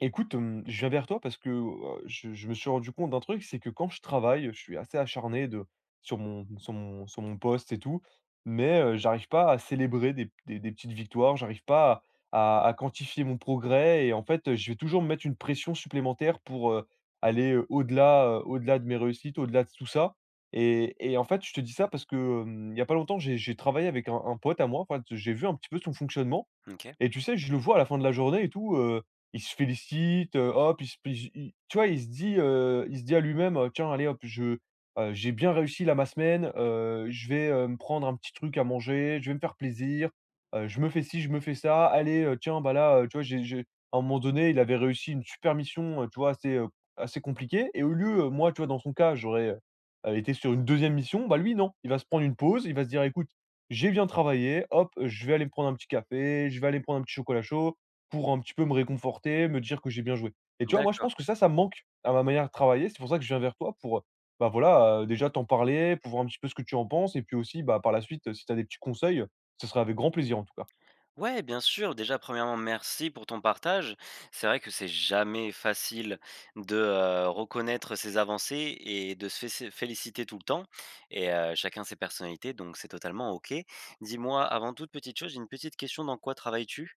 Écoute, je viens vers toi parce que, je me suis rendu compte d'un truc, c'est que quand je travaille, je suis assez acharné de sur mon sur mon sur mon poste et tout, mais, j'arrive pas à célébrer des petites victoires, j'arrive pas à quantifier mon progrès et en fait, je vais toujours me mettre une pression supplémentaire pour, aller, au-delà, au-delà de mes réussites, au-delà de tout ça et en fait, je te dis ça parce que, il y a pas longtemps, j'ai travaillé avec un pote à moi. En fait, j'ai vu un petit peu son fonctionnement OK. et tu sais, je le vois à la fin de la journée et tout, il se félicite, hop, il se p il tu vois, il se dit à lui-même: Tiens, allez hop, je, j'ai bien réussi là ma semaine, je vais, me prendre un petit truc à manger, je vais me faire plaisir, je me fais ci, je me fais ça, allez, tiens, bah, là, tu vois, j'ai» à un moment donné, il avait réussi une super mission, tu vois, assez, assez compliquée. Et au lieu, moi, tu vois, dans son cas, j'aurais, été sur une deuxième mission, bah lui non, il va se prendre une pause, il va se dire: «Écoute, j'ai bien travaillé, hop, je vais aller me prendre un petit café, je vais aller me prendre un petit chocolat chaud pour un petit peu me réconforter, me dire que j'ai bien joué.» Et tu vois, moi, je D'accord. pense que ça me manque à ma manière de travailler. C'est pour ça que je viens vers toi pour, bah voilà, déjà t'en parler, pour voir un petit peu ce que tu en penses et puis aussi, bah, par la suite, si tu as des petits conseils, ce serait avec grand plaisir en tout cas. Ouais, bien sûr. Déjà, premièrement, merci pour ton partage. C'est vrai que c'est jamais facile de, reconnaître ses avancées et de se fé féliciter tout le temps et chacun ses personnalités, donc c'est totalement OK. Dis-moi, avant toute petite chose, j'ai une petite question, dans quoi travailles-tu?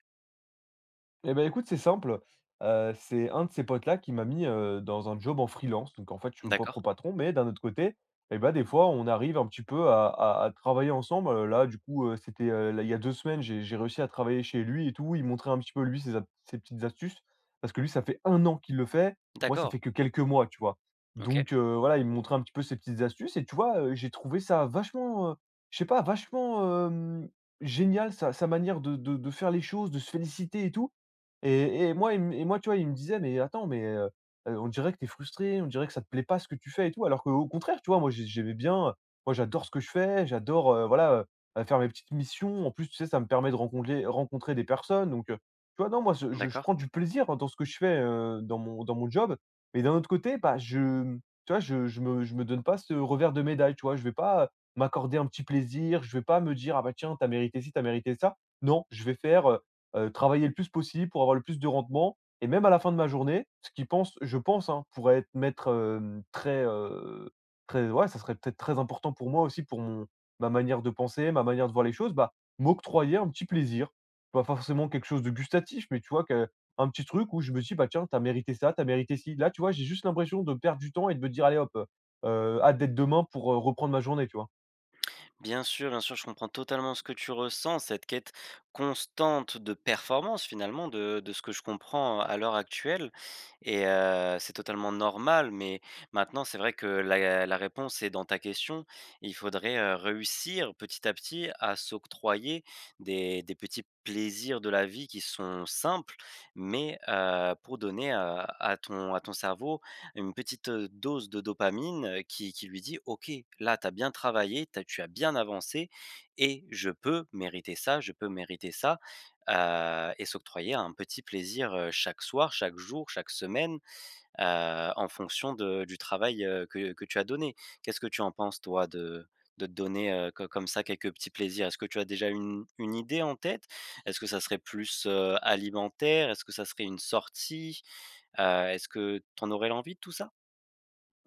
Eh ben écoute, c'est simple, c'est un de ces potes-là qui m'a mis, dans un job en freelance. Donc en fait, je suis mon propre D'accord. patron, mais d'un autre côté, et ben des fois, on arrive un petit peu à travailler ensemble. Là, du coup, c'était, là, il y a 2 semaines, j'ai réussi à travailler chez lui et tout. Il montrait un petit peu, lui, ses petites astuces. Parce que lui, ça fait un an qu'il le fait. Moi, ça D'accord. fait que quelques mois, tu vois? OK. Donc voilà, il me montrait un petit peu ses petites astuces et tu vois, j'ai trouvé ça vachement, je sais pas, vachement, génial sa manière de faire les choses, de se féliciter et tout. Et moi, tu vois, il me disait: «Mais attends, mais on dirait que tu es frustré, on dirait que ça te plaît pas ce que tu fais et tout». Alors qu'au contraire, tu vois, moi j'aimais bien, moi j'adore ce que je fais, j'adore, voilà, faire mes petites missions. En plus, tu sais, ça me permet de rencontrer des personnes. Donc tu vois, non, moi je D'accord. prends du plaisir hein, dans ce que je fais, dans mon job. Mais d'un autre côté, bah, je, tu vois, je me donne pas ce revers de médaille, tu vois? Je vais pas, m'accorder un petit plaisir, je vais pas me dire: «Ah bah tiens, t'as mérité ci, t'as mérité ça». Non, je vais faire, travailler le plus possible pour avoir le plus de rendement. Et même à la fin de ma journée, ce qui pense je pense, hein, pourrait être mettre très, très ouais, ça serait peut-être très important pour moi aussi, pour mon ma manière de penser, ma manière de voir les choses, bah, m'octroyer un petit plaisir. Pas forcément quelque chose de gustatif, mais tu vois, que un petit truc où je me dis: «Bah, tiens, t'as mérité ça, t'as mérité ci». Là, tu vois, j'ai juste l'impression de perdre du temps et de me dire: «Allez hop, hâte d'être demain pour, reprendre ma journée», tu vois? Bien sûr, je comprends totalement ce que tu ressens, cette quête constante de performance, finalement, de ce que je comprends à l'heure actuelle. Et c'est totalement normal, mais maintenant, c'est vrai que la réponse est dans ta question. Il faudrait, réussir petit à petit à s'octroyer des petits plaisirs de la vie qui sont simples, mais pour donner à ton à ton cerveau une petite, dose de dopamine, qui lui dit: «OK, là, tu as bien travaillé, tu as bien avancé et je peux mériter ça, je peux mériter ça» et s'octroyer un petit plaisir, chaque soir, chaque jour, chaque semaine, en fonction de du travail, que tu as donné. Qu'est-ce que tu en penses toi de te donner, co comme ça quelques petits plaisirs? Est-ce que tu as déjà une idée en tête? Est-ce que ça serait plus, alimentaire? Est-ce que ça serait une sortie? Est-ce que tu en aurais l'envie de tout ça?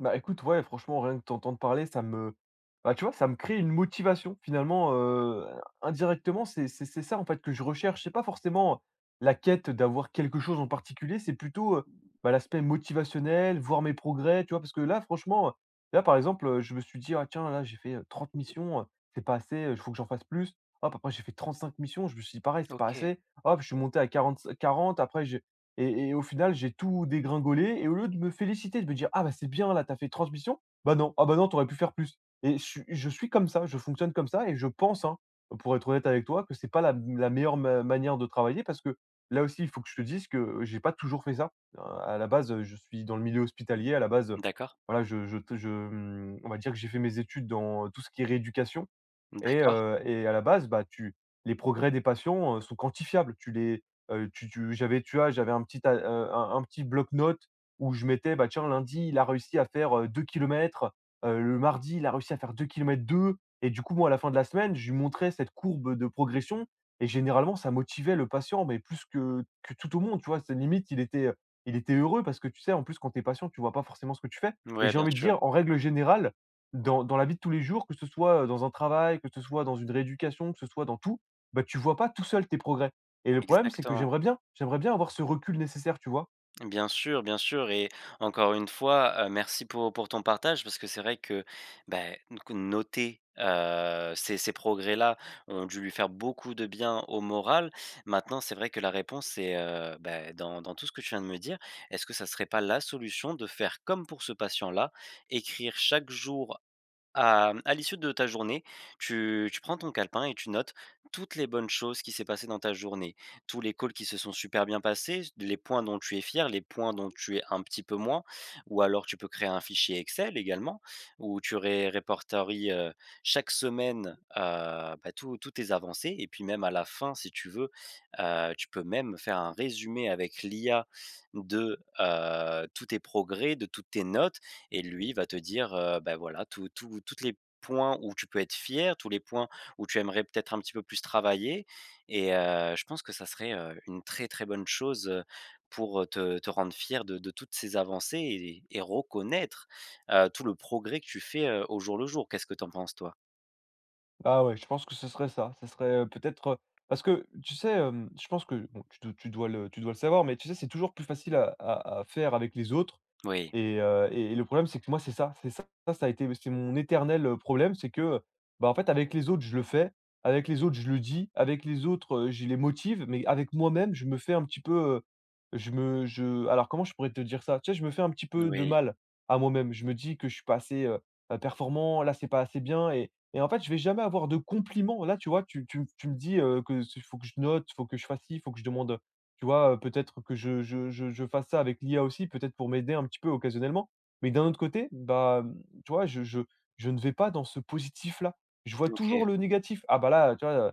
Bah, écoute, ouais, franchement, rien que t'entendre parler, ça me bah, tu vois, ça me crée une motivation finalement, indirectement, c'est ça en fait que je recherche. C'est pas forcément la quête d'avoir quelque chose en particulier, c'est plutôt, bah, l'aspect motivationnel, voir mes progrès, tu vois? Parce que là, franchement, là, par exemple, je me suis dit: «Ah tiens, là, j'ai fait, 30 missions, c'est pas assez, il faut que j'en fasse plus». Hop, après j'ai fait 35 missions, je me suis dit: «Pareil, c'est pas OK, assez». Hop, je suis monté à 40 après j'ai et au final, j'ai tout dégringolé et au lieu de me féliciter, de me dire: «Ah bah, c'est bien là, t'as fait transmission», bah non, «Ah bah non, t'aurais pu faire plus». Et je suis comme ça, je fonctionne comme ça et je pense, hein, pour être honnête avec toi, que c'est pas la meilleure ma manière de travailler. Parce que là aussi, il faut que je te dise que j'ai pas toujours fait ça. Heu, à la base, je suis dans le milieu hospitalier, à la base, d'accord, voilà, on va dire que j'ai fait mes études dans tout ce qui est rééducation. Et d'accord. Et à la base, bah, tu les progrès des patients, sont quantifiables. Tu les, tu tu j'avais j'avais un petit ta un petit bloc-notes où je mettais, bah, tiens, lundi, il a réussi à faire, 2 kilomètres, le mardi, il a réussi à faire 2 kilomètres 2, et du coup, moi, à la fin de la semaine, je lui montrais cette courbe de progression. Et généralement, ça motivait le patient, mais plus que tout au monde, tu vois? C'est limite, il était heureux parce que tu sais, en plus, quand tu es patient, tu vois pas forcément ce que tu fais. Et Ouais, j'ai bien envie de sûr, dire, en règle générale, dans la vie de tous les jours, que ce soit, dans un travail, que ce soit dans une rééducation, que ce soit dans tout, bah, tu vois pas tout seul tes progrès. Et le problème, c'est que exactement. J'aimerais bien avoir ce recul nécessaire, tu vois? Bien sûr et encore une fois, merci pour ton partage parce que c'est vrai que, donc noter, ces progrès-là ont dû lui faire beaucoup de bien au moral. Maintenant, c'est vrai que la réponse c'est, dans tout ce que tu viens de me dire. Est-ce que ça serait pas la solution de faire comme pour ce patient-là, écrire chaque jour à à l'issue de ta journée, tu prends ton calepin et tu notes toutes les bonnes choses qui s'est passé dans ta journée. Tous les calls qui se sont super bien passés, les points dont tu es fier, les points dont tu es un petit peu moins ou alors tu peux créer un fichier Excel également où tu ré répertories, chaque semaine, tous tes avancées et puis même à la fin si tu veux, tu peux même faire un résumé avec l'IA de, tous tes progrès, de toutes tes notes et lui va te dire, voilà, tous toutes les points où tu peux être fier, tous les points où tu aimerais peut-être un petit peu plus travailler et je pense que ça serait, une très, très bonne chose, pour, te rendre fier de toutes ces avancées et reconnaître, tout le progrès que tu fais, au jour le jour. Qu'est-ce que t'en penses toi? Ah ouais, je pense que ce serait ça, ce serait, peut-être, parce que tu sais, je pense que bon, tu dois le savoir, mais tu sais, c'est toujours plus facile à faire avec les autres. Oui, Et le problème, c'est que moi, c'est ça, ça a été c'est mon éternel, problème, c'est que, bah, en fait, avec les autres, je le fais, avec les autres, je le dis, avec les autres, je les motive, mais avec moi-même, je me fais un petit peu, je me je alors comment je pourrais te dire ça? Tu sais, je me fais un petit peu de oui, mal à moi-même. Je me dis que je suis pas assez, performant, là, c'est pas assez bien. Et en fait, je vais jamais avoir de compliments. Là, tu vois, tu me dis, que s faut que je note, faut que je fasse ci, faut que je demande, tu vois, peut-être que je fasse ça avec l'IA aussi, peut-être pour m'aider un petit peu occasionnellement. Mais d'un autre côté, bah, tu vois, je ne vais pas dans ce positif-là. Je vois OK, toujours le négatif. Ah bah, là, tu vois,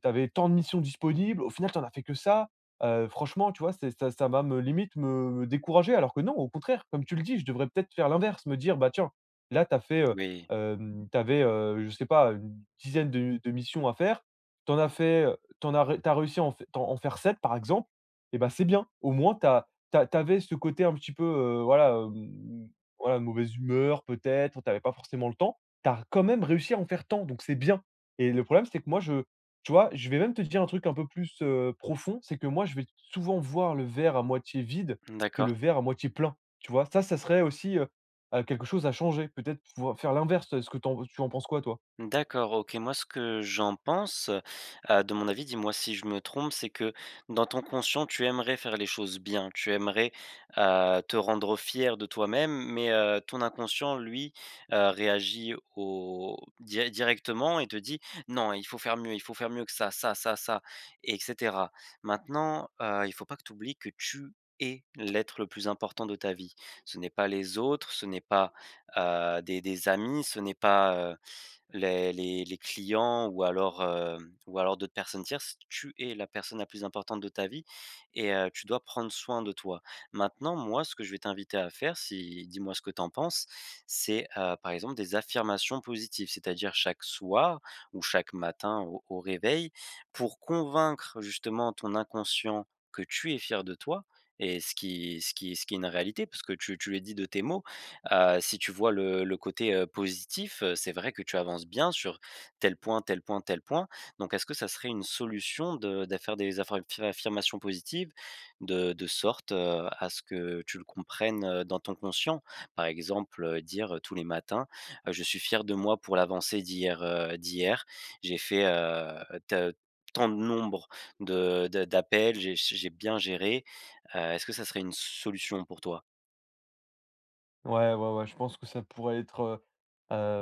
tu avais tant de missions disponibles, au final tu en as fait que ça. Franchement, tu vois, c'est ça ça va me limite me décourager alors que non, au contraire, comme tu le dis, je devrais peut-être faire l'inverse, me dire: «Bah, tiens, là tu as fait, oui, tu avais, je sais pas, une dizaine de missions à faire. Tu en as fait tu as ré tu réussi à en f t'en en faire 7, par exemple, et ben c'est bien. Au moins t'as as tu ce côté un petit peu, voilà, voilà, de mauvaise humeur peut-être, t'avais pas forcément le temps. T'as quand même réussi à en faire tant, donc c'est bien. Et le problème, c'est que moi je tu vois, je vais même te dire un truc un peu plus, profond. C'est que moi je vais souvent voir le verre à moitié vide que le d'accord. verre à moitié plein, tu vois? Ça serait aussi, quelque chose à changer, peut-être pouvoir faire l'inverse. Est-ce que tu en penses quoi toi? D'accord, OK. Moi, ce que j'en pense, de mon avis, dis-moi si je me trompe, c'est que dans ton conscient, tu aimerais faire les choses bien. Tu aimerais, te rendre fier de toi-même, mais ton inconscient, lui, réagit au di directement et te dit: «Non, il faut faire mieux, il faut faire mieux que ça» et cetera. Maintenant, il faut pas que tu oublies que tu es l'être le plus important de ta vie. Ce n'est pas les autres, ce n'est pas, des amis, ce n'est pas, les clients ou alors, ou alors d'autres personnes tierces, tu es la personne la plus importante de ta vie et tu dois prendre soin de toi. Maintenant, moi, ce que je vais t'inviter à faire, si dis-moi ce que tu en penses, c'est, par exemple, des affirmations positives, c'est-à-dire chaque soir ou chaque matin au réveil pour convaincre justement ton inconscient que tu es fier de toi et ce qui ce qui est une réalité parce que tu le dis de tes mots. Si tu vois le côté, positif, c'est vrai que tu avances bien sur tel point, tel point, tel point. Donc est-ce que ça serait une solution de faire des affirmations positives de sorte, à ce que tu le comprennes, dans ton conscient? Par exemple, dire, tous les matins, «Je suis fier de moi pour l'avancée d'hier, d'hier. J'ai fait, te tant de nombre de d'appels, j'ai bien géré». Est-ce que ça serait une solution pour toi? Ouais, ouais, ouais, je pense que ça pourrait être, heu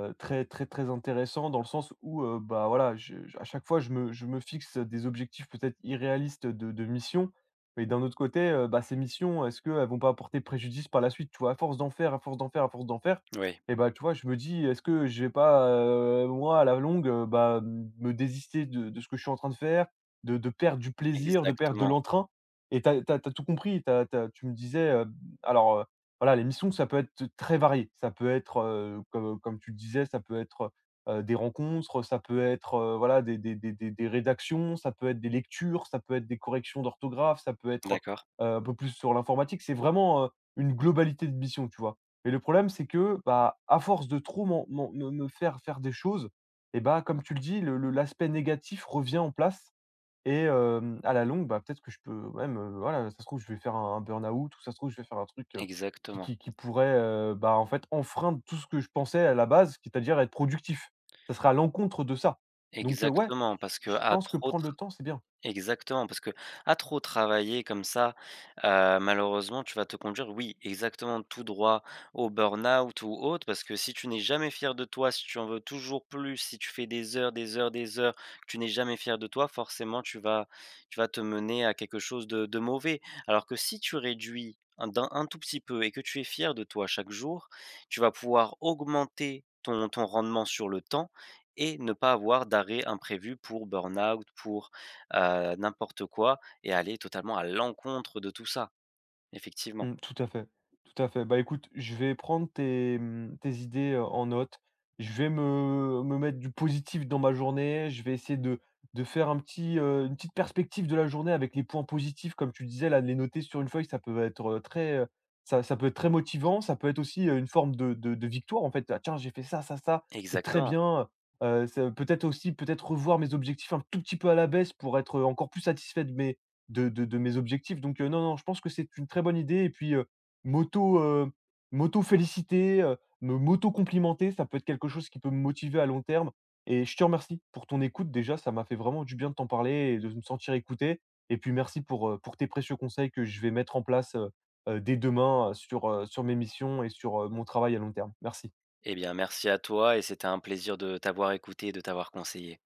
heu, très, très, très intéressant dans le sens où, bah, voilà, je à chaque fois, je me fixe des objectifs peut-être irréalistes de mission. Mais d'un autre côté, bah, ces missions, est-ce qu'elles vont pas apporter préjudice par la suite? Tu vois? À force d'en faire, à force d'en faire, à force d'en faire. Oui. Et bah, tu vois, je me dis: «Est-ce que je vais pas, moi, à la longue, bah, me désister de ce que je suis en train de faire, de perdre du plaisir, de perdre de Exactement. l'entrain?» Et t'as tout compris. Tu me disais, alors, voilà, les missions, ça peut être très varié. Ça peut être, comme tu le disais, ça peut être, des rencontres, ça peut être, voilà, des rédactions, ça peut être des lectures, ça peut être des corrections d'orthographe, ça peut être, D'accord, un peu plus sur l'informatique. C'est vraiment, une globalité de missions, tu vois? Mais le problème, c'est que, bah, à force de trop m'en m'en me me faire faire des choses. Et bah, comme tu le dis, le l'aspect négatif revient en place. Et hem, à la longue, bah, peut-être que je peux même, voilà, ça se trouve, je vais faire un burn-out, ou ça se trouve, je vais faire un truc, qui exactement, qui qui pourrait, bah, en fait, enfreindre tout ce que je pensais à la base, c'est-à-dire être productif. Ça sera à l'encontre de ça. Donc ouais, exactement, parce que je à pense que trop prendre le temps, c'est bien. exactement, parce que à trop travailler comme ça, malheureusement, tu vas te conduire, oui, exactement, tout droit au burn-out ou autre. Parce que si tu n'es jamais fier de toi, si tu en veux toujours plus, si tu fais des heures, des heures, des heures, que tu n'es jamais fier de toi, forcément, tu vas te mener à quelque chose de mauvais. Alors que si tu réduis un tout petit peu et que tu es fier de toi chaque jour, tu vas pouvoir augmenter ton rendement sur le temps et ne pas avoir d'arrêt imprévu pour burn-out, pour n'importe quoi et aller totalement à l'encontre de tout ça. Effectivement. Mmh, tout à fait, tout à fait. Bah, écoute, je vais prendre tes, mmh, tes idées, en note. Je vais me mettre du positif dans ma journée. Je vais essayer de faire un petit, une petite perspective de la journée avec les points positifs, comme tu disais là, de les noter sur une feuille, ça peut être, très, ça ça peut être très motivant. Ça peut être aussi, une forme de victoire en fait. «Ah tiens, j'ai fait ça, ça, ça, c'est très Exactement. bien», ça peut-être aussi peut-être revoir mes objectifs un tout petit peu à la baisse pour être encore plus satisfait de mes de mes objectifs. Donc non, non, je pense que c'est une très bonne idée. Et puis, m'auto, m'auto-féliciter, me m'auto-complimenter, ça peut être quelque chose qui peut me motiver à long terme. Et je te remercie pour ton écoute déjà, ça m'a fait vraiment du bien de t'en parler et de me sentir écouté. Et puis merci pour tes précieux conseils que je vais mettre en place, dès demain, sur, sur mes missions et sur, mon travail à long terme. Merci. Eh bien merci à toi et c'était un plaisir de t'avoir écouté et de t'avoir conseillé.